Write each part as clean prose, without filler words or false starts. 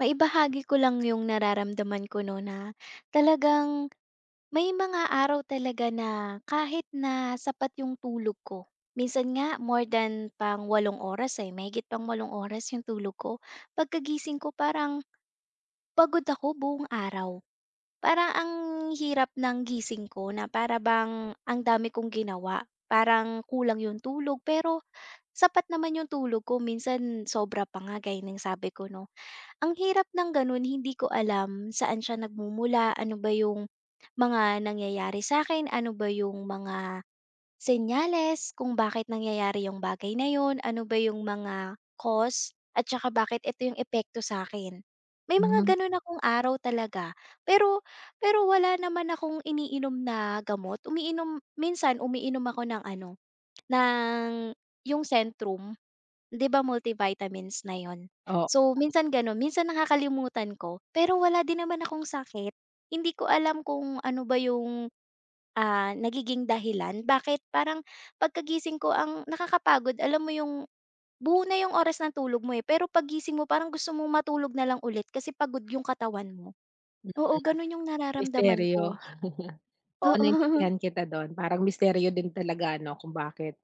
Maibahagi ko lang yung nararamdaman ko 'no, na talagang may mga araw talaga na kahit na sapat yung tulog ko, minsan nga more than pang walong oras, ay mahigit pang walong oras yung tulog ko. Pagkagising ko parang pagod ako buong araw. Parang ang hirap ng gising ko na para bang ang dami kong ginawa, parang kulang yung tulog pero sapat naman yung tulog ko minsan sobra pa nga gaya ng sabi ko 'no. Ang hirap ng gano'n, hindi ko alam saan siya nagmumula, ano ba yung mga nangyayari sa akin ano ba yung mga senyales kung bakit nangyayari yung bagay na yun, ano ba yung mga cause at saka bakit ito yung epekto sa akin. May mga Hmm. gano'n akong araw talaga, pero pero wala naman akong iniinom na gamot, umiinom minsan umiinom ako ng ano, ng yung Centrum. 'Di ba multivitamins na 'yun. Oo, So, minsan gano'n, minsan nakakalimutan ko, pero wala din naman akong sakit. Hindi ko alam kung ano ba yung, nagiging dahilan bakit parang pagkagising ko ang nakakapagod alam mo yung buo na yung oras ng tulog mo, eh, pero paggising mo parang gusto mong matulog na lang ulit kasi pagod yung katawan mo. Oo, gano'n yung nararamdaman misteryo. ko. Oo, Oo. naintindihan kita do'n. Parang misteryo din talaga ano kung bakit,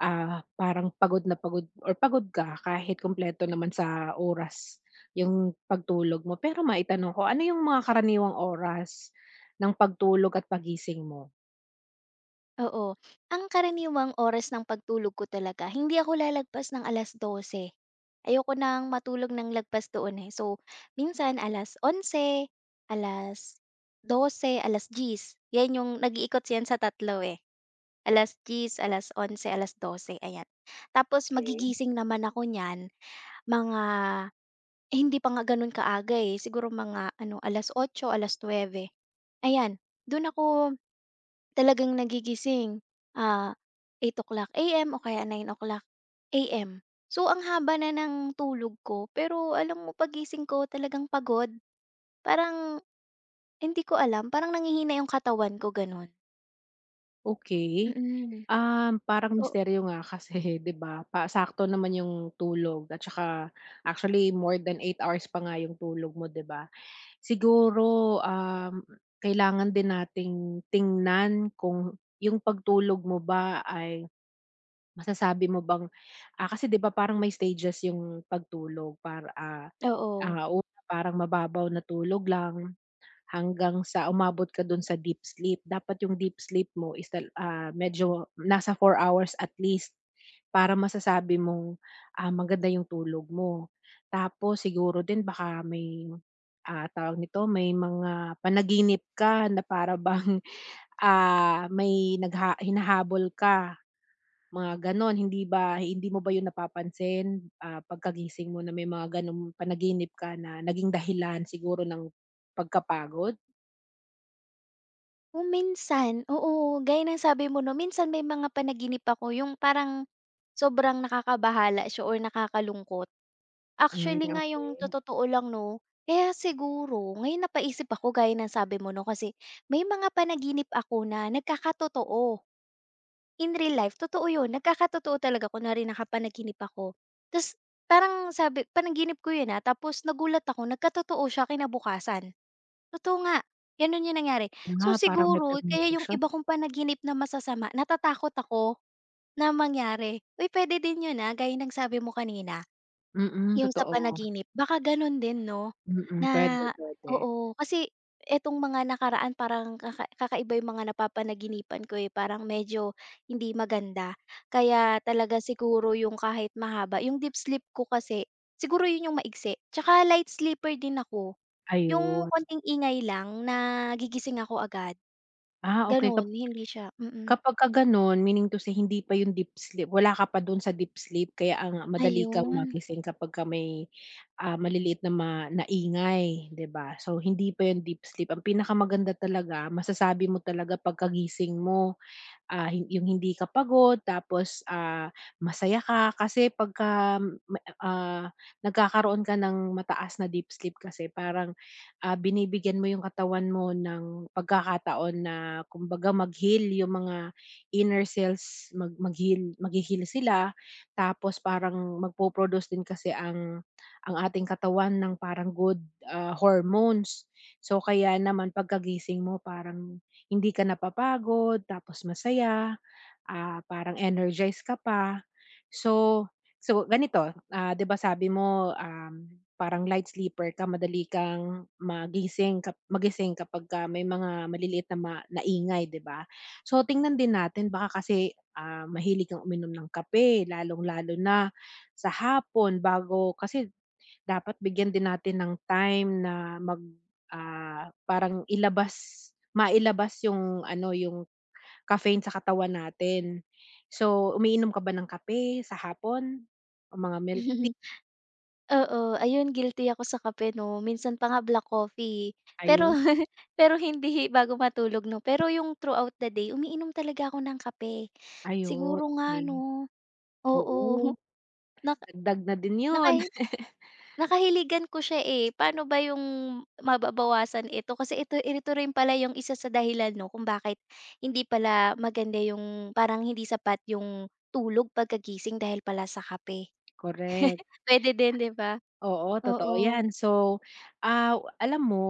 parang pagod na pagod or pagod ka kahit kumpleto naman sa oras yung pagtulog mo. Pero maitanong ko, ano yung mga karaniwang oras ng pagtulog at pagising mo? Oo. Ang karaniwang oras ng pagtulog ko talaga, hindi ako lalagpas ng alas dose. Ayoko nang matulog ng lagpas doon, eh. So, minsan alas alas onse, alas dose, alas 10:00. 'Yan yung nag-iikot yan sa tatlo eh. 10:00, 11:00, 12:00, ayan. Tapos Okay, magigising naman ako niyan mga, eh, hindi pa nga gano'n kaaga, eh. Siguro mga ano, 8:00, 9:00. Ayan, do'n ako talagang nagigising, ah, 8:00 AM o kaya 9:00 AM. So, ang haba na ng tulog ko pero alam mo paggising ko talagang pagod. Parang hindi ko alam, parang nanghihina yung katawan ko gano'n. okay. Mm. Parang O misteryo nga kasi, 'di ba, pa sakto naman yung tulog at saka actually more than 8 hours pa nga yung tulog mo, 'di ba? Siguro, kailangan din nating tingnan kung yung pagtulog mo ba ay masasabi mo bang, kasi 'di ba parang may stages yung pagtulog para, oo. Una parang mababaw na tulog lang hanggang sa umabot ka dun sa deep sleep. Dapat yung deep sleep mo is medyo nasa 4 hours at least para masasabi mong, maganda yung tulog mo. Tapos siguro din baka may, tawag nito, may mga panaginip ka na para bang, may hinahabol ka, mga gano'n. Hindi mo ba yun napapansin, pagkagising mo na may mga gano'ng panaginip ka na naging dahilan siguro ng pagkapagod? Kung minsan, oo. Gaya ng sabi mo 'no, minsan may mga panaginip ako yung parang sobrang nakakabahala siya or nakakalungkot. Hmm, Actually nga yung okey. totoo lang 'no, kaya siguro ngayon napaisip ako gaya ng sabi mo 'no, kasi may mga panaginip ako na nagkakatotoo. In real life, totoo yun, nagkakatotoo talaga ko na rin nakapanaginip ako. Tapos parang sabi panaginip ko yun, ah, tapos nagulat ako nagkatotoo siya kinabukasan. Totoo nga, gano'n yung nangyari. So Ah, parang may siguro kaya yung premonition. iba kong panaginip na masasama natatakot ako na mangyari. Uy, puwede din yun, ah, gaya ng sabi mo kanina, Mm, yung sa totoo. panaginip baka gano'n din 'no, Mm, na puwede, puwede. oo, kasi etong mga nakaraan parang kakaiba yung mga napapanaginipan ko, eh, parang medyo hindi maganda. Kaya talaga siguro yung kahit mahaba yung deep sleep ko kasi siguro yun yung maiksi, 'tsaka light sleeper din ako. Yung Ayun. konting ingay lang na gigising ako agad, Ah, okey, gano'n hindi siya kapagka gano'n, meaning to say hindi pa 'yung deep sleep, wala ka pa do'n sa deep sleep kaya ang madali kang Ayun. magising kapagka may, maliliit na ma na ingay, 'di ba? So, hindi pa 'yun deep sleep. Ang pinakamaganda talaga masasabi mo talaga pagkagising mo, ah, hin yung hindi ka pagod tapos, masaya ka kasi ma ah, nagkakaroon ka ng mataas na deep sleep kasi parang, binibigyan mo yung katawan mo ng pagkakataon na kumbaga mag-heal yung mga inner cells, maghi-heal sila tapos parang magpo-produce din kasi ang ating katawan ng parang good, hormones. So, kaya naman pagkagising mo parang hindi ka napapagod tapos masaya, parang energized ka pa. So so ganito, 'di ba sabi mo, parang light sleeper ka, madali kang magising magising kapagka may mga maliliit na ma na 'di ba? So tingnan din natin baka kasi, mahilig kang uminom ng kape lalong-lalo na sa hapon bago kasi dapat bigyan din natin ng time na parang mailabas yung ano, yung caffeine sa katawan natin. So, umiinom ka ba ng kape sa hapon? O mga milk? Oo, ayun guilty ako sa kape 'no, minsan pa nga black coffee. Pero Ayu pero hindi bago matulog 'no, pero yung throughout the day umiinom talaga ako ng kape. Ayun, Siguro nga okey. 'no, oo, Oo, naka dagdag na din naka yun. Nakahiligan ko siya, eh. Paano ba yung mababawasan ito? Kasi ito ito rin pala yung isa sa dahilan 'no kung bakit hindi pala maganda yung parang hindi sapat yung tulog pagkagising dahil pala sa kape. Correct. Puwede din, 'di ba? Oo, totoo Oo. yan. So, alam mo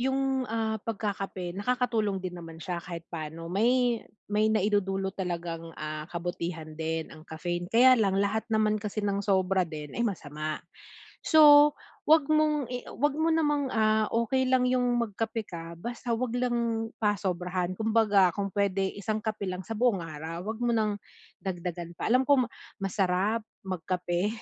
yung, pagkakape nakakatulong din naman siya kahit paano. May naidudulot talagang, kabutihan din ang caffeine. Kaya lang lahat naman kasi ng sobra din ay masama. So, 'wag mong i 'wag mo namang, okay lang yung magkape ka basta 'wag lang pasobrahan. Kumbaga kung pwede isang kape lang sa buong araw, 'wag mo nang dagdagan pa. Alam ko masarap magkape.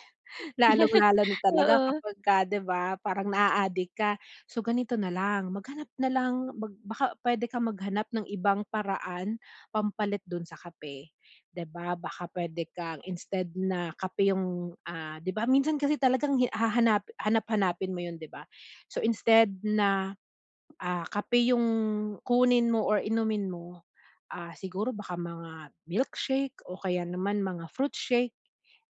Lalong-lalo na talaga Oo. kapagka 'di ba, parang naa-addict ka. So, ganito na lang, maghanap na lang baka puwede kang maghanap ng ibang paraan pampalit do'n sa kape, 'di ba? Baka puwede kang instead na kape yung, 'di ba minsan kasi talagang hi hahanap hanap-hanapin mo 'yun, 'di ba? So, instead na, kape yung kunin mo or inumin mo, siguro baka mga milkshake o kaya naman mga fruit shake,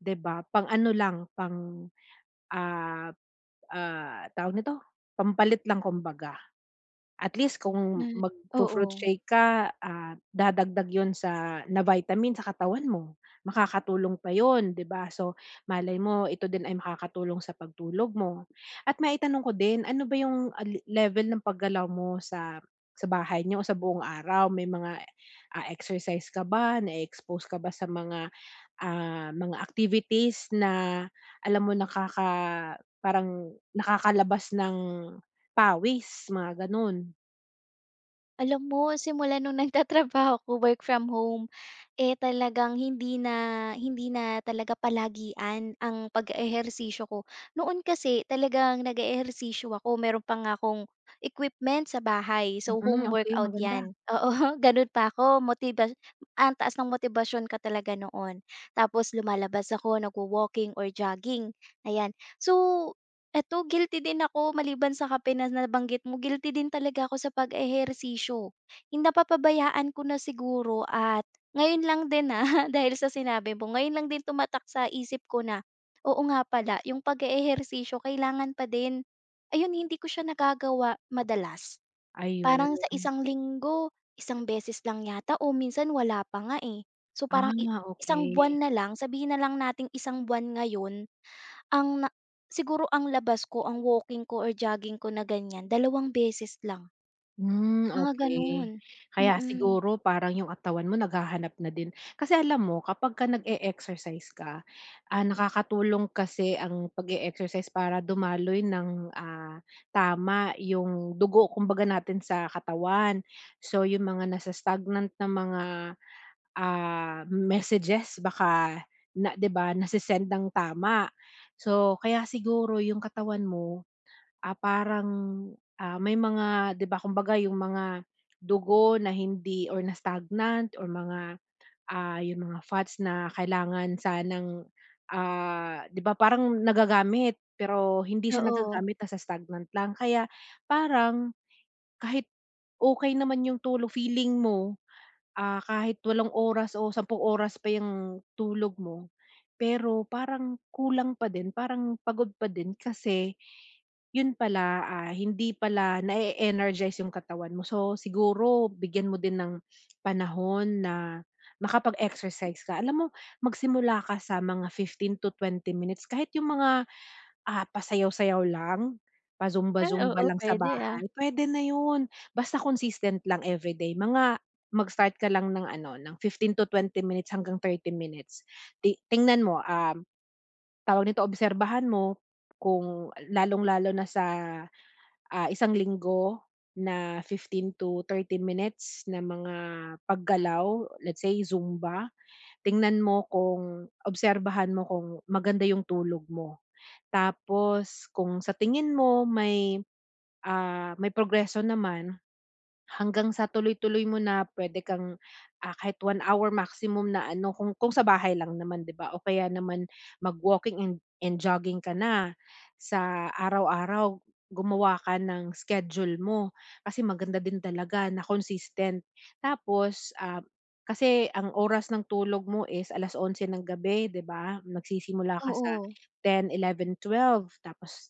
'di ba? Pang-ano lang, Ah, tawag nito, pampalit lang kumbaga. At least kung Hmm, magfu-fruit oo. shake ka, dadagdag 'yun sa na vitamin sa katawan mo. Makakatulong pa 'yun, 'di ba? So, malay mo ito din ay makakatulong sa pagtulog mo. At maitanong ko din, ano ba 'yung, ah, le level ng paggalaw mo sa bahay niyo o sa buong araw? May mga, exercise ka ba? Na expose ka ba sa mga activities na alam mo parang nakakalabas ng pawis, mga gano'n. Alam mo simula nung nagtatrabaho ako work from home, eh, talagang hindi na talaga palagian ang pag-eehersisyo ko. Noon kasi talagang nag-eehersisyo ako meron pa nga akong equipment sa bahay, so Mm, home okey, workout maganda, 'yan. Oo, gano'n pa ako ang taas ng motibasyon ka talaga noon. Tapos lumalabas ako nagwo-walking or jogging, ayan. So eto guilty din ako maliban sa kape na nabanggit mo, guilty din talaga ako sa pag-ehersisyo. Yung napapabayaan ko na siguro at ngayon lang din, ah, dahil sa sinabi mo, ngayon lang din tumatak sa isip ko na, oo nga pala yung pag ehersisyo kailangan pa din. Ayun hindi ko siya nagagawa madalas. Parang sa ayun. isang linggo, isang beses lang yata o minsan wala pa nga, eh. So, parang i Ah, isang okey. buwan na lang, sabihin na lang nating isang buwan ngayon ang na siguro ang labas ko, ang walking ko or jogging ko na ganyan, dalawang beses lang, Hmm, mga gano'n. okey. Kaya Mm, siguro parang yung katawan mo naghahanap na din. Kasi alam mo kapagka nag-e-exercise ka, nakakatulong kasi ang pag-e-exercise para dumaloy ng, tama yung dugo kumbaga natin sa katawan. So yung mga nasa stagnant na mga, messages baka na 'di ba nase-send ng tama. So kaya siguro yung katawan mo, parang, may mga 'di ba kumbaga yung mga dugo na hindi or na stagnant or mga, yung mga fats na kailangan sanang, 'di ba parang nagagamit pero hindi siya oo. nagagamit, nasa stagnant lang. Kaya parang kahit okey naman yung tulog feeling mo, kahit 8 hours o 10 hours pa yung tulog mo, pero parang kulang pa din, parang pagod pa din kasi yun pala, hindi pala na energize yung katawan mo. So, siguro bigyan mo din ng panahon na makapag-exercise ka. Alam mo, magsimula ka sa mga 15 to 20 minutes kahit yung mga, pasayaw-sayaw lang, Ah, pa-zumba-zumba oo, lang sa puwede, ah. bahay, pwede na yun. Basta consistent lang everyday. Mag-start ka lang ng ano, ng 15 to 20 minutes hanggang 30 minutes. Tingnan mo, tawag nito, obserbahan mo kung lalong-lalo na sa isang linggo na 15 to 30 minutes na mga paggalaw, let's say Zumba. Tingnan mo kung obserbahan mo kung maganda yung tulog mo. Tapos kung sa tingin mo may progreso naman. Hanggang sa tuloy-tuloy mo na pwede kang, kahit 1 hour maximum na ano kung sa bahay lang naman 'di ba o kaya naman mag-walking and jogging ka na. Sa araw-araw gumawa ka ng schedule mo kasi maganda din talaga na consistent. Tapos, kasi ang oras ng tulog mo is 11:00 ng gabi, 'di ba? Nagsisimula ka sa Oo. 10:00, 11:00, 12:00 tapos,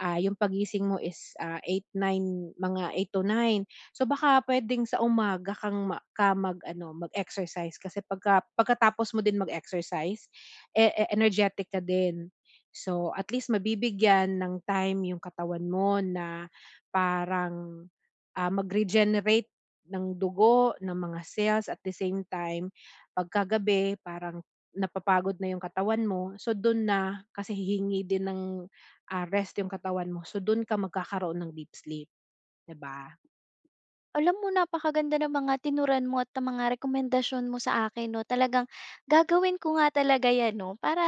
yung pagising mo is, 8:00, 9:00 mga 8:00 to 9:00. So baka puwedeng sa umaga kang mag-exercise kasi pagkatapos mo din mag-exercise, e e energetic ka din. So at least mabibigyan ng time yung katawan mo na parang, mag-regenerate ng dugo, ng mga cells at the same time pagkagabi parang napapagod na yung katawan mo. So dun na kasi hihingi din ng, rest yung katawan mo. So dun ka magkakaroon ng deep sleep, 'di ba? Alam mo napakaganda ng mga tinuran mo at ng mga rekomendasyon mo sa akin 'no, talagang gagawin ko nga talaga 'yan 'no, para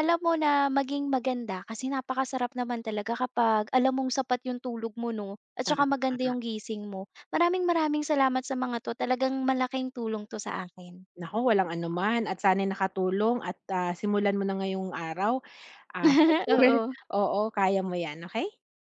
alam mo na maging maganda kasi napakasarap naman talaga kapag alam mong sapat yung tulog mo 'no, at saka maganda Tama. yung gising mo. Maraming maraming salamat sa mga 'to, talagang malaking tulong 'to sa akin. Naku, walang anuman at sana'y nakatulong at, simulan mo na ngayong araw. Ah, for sure. Oo. Oo, kaya mo 'yan, okey?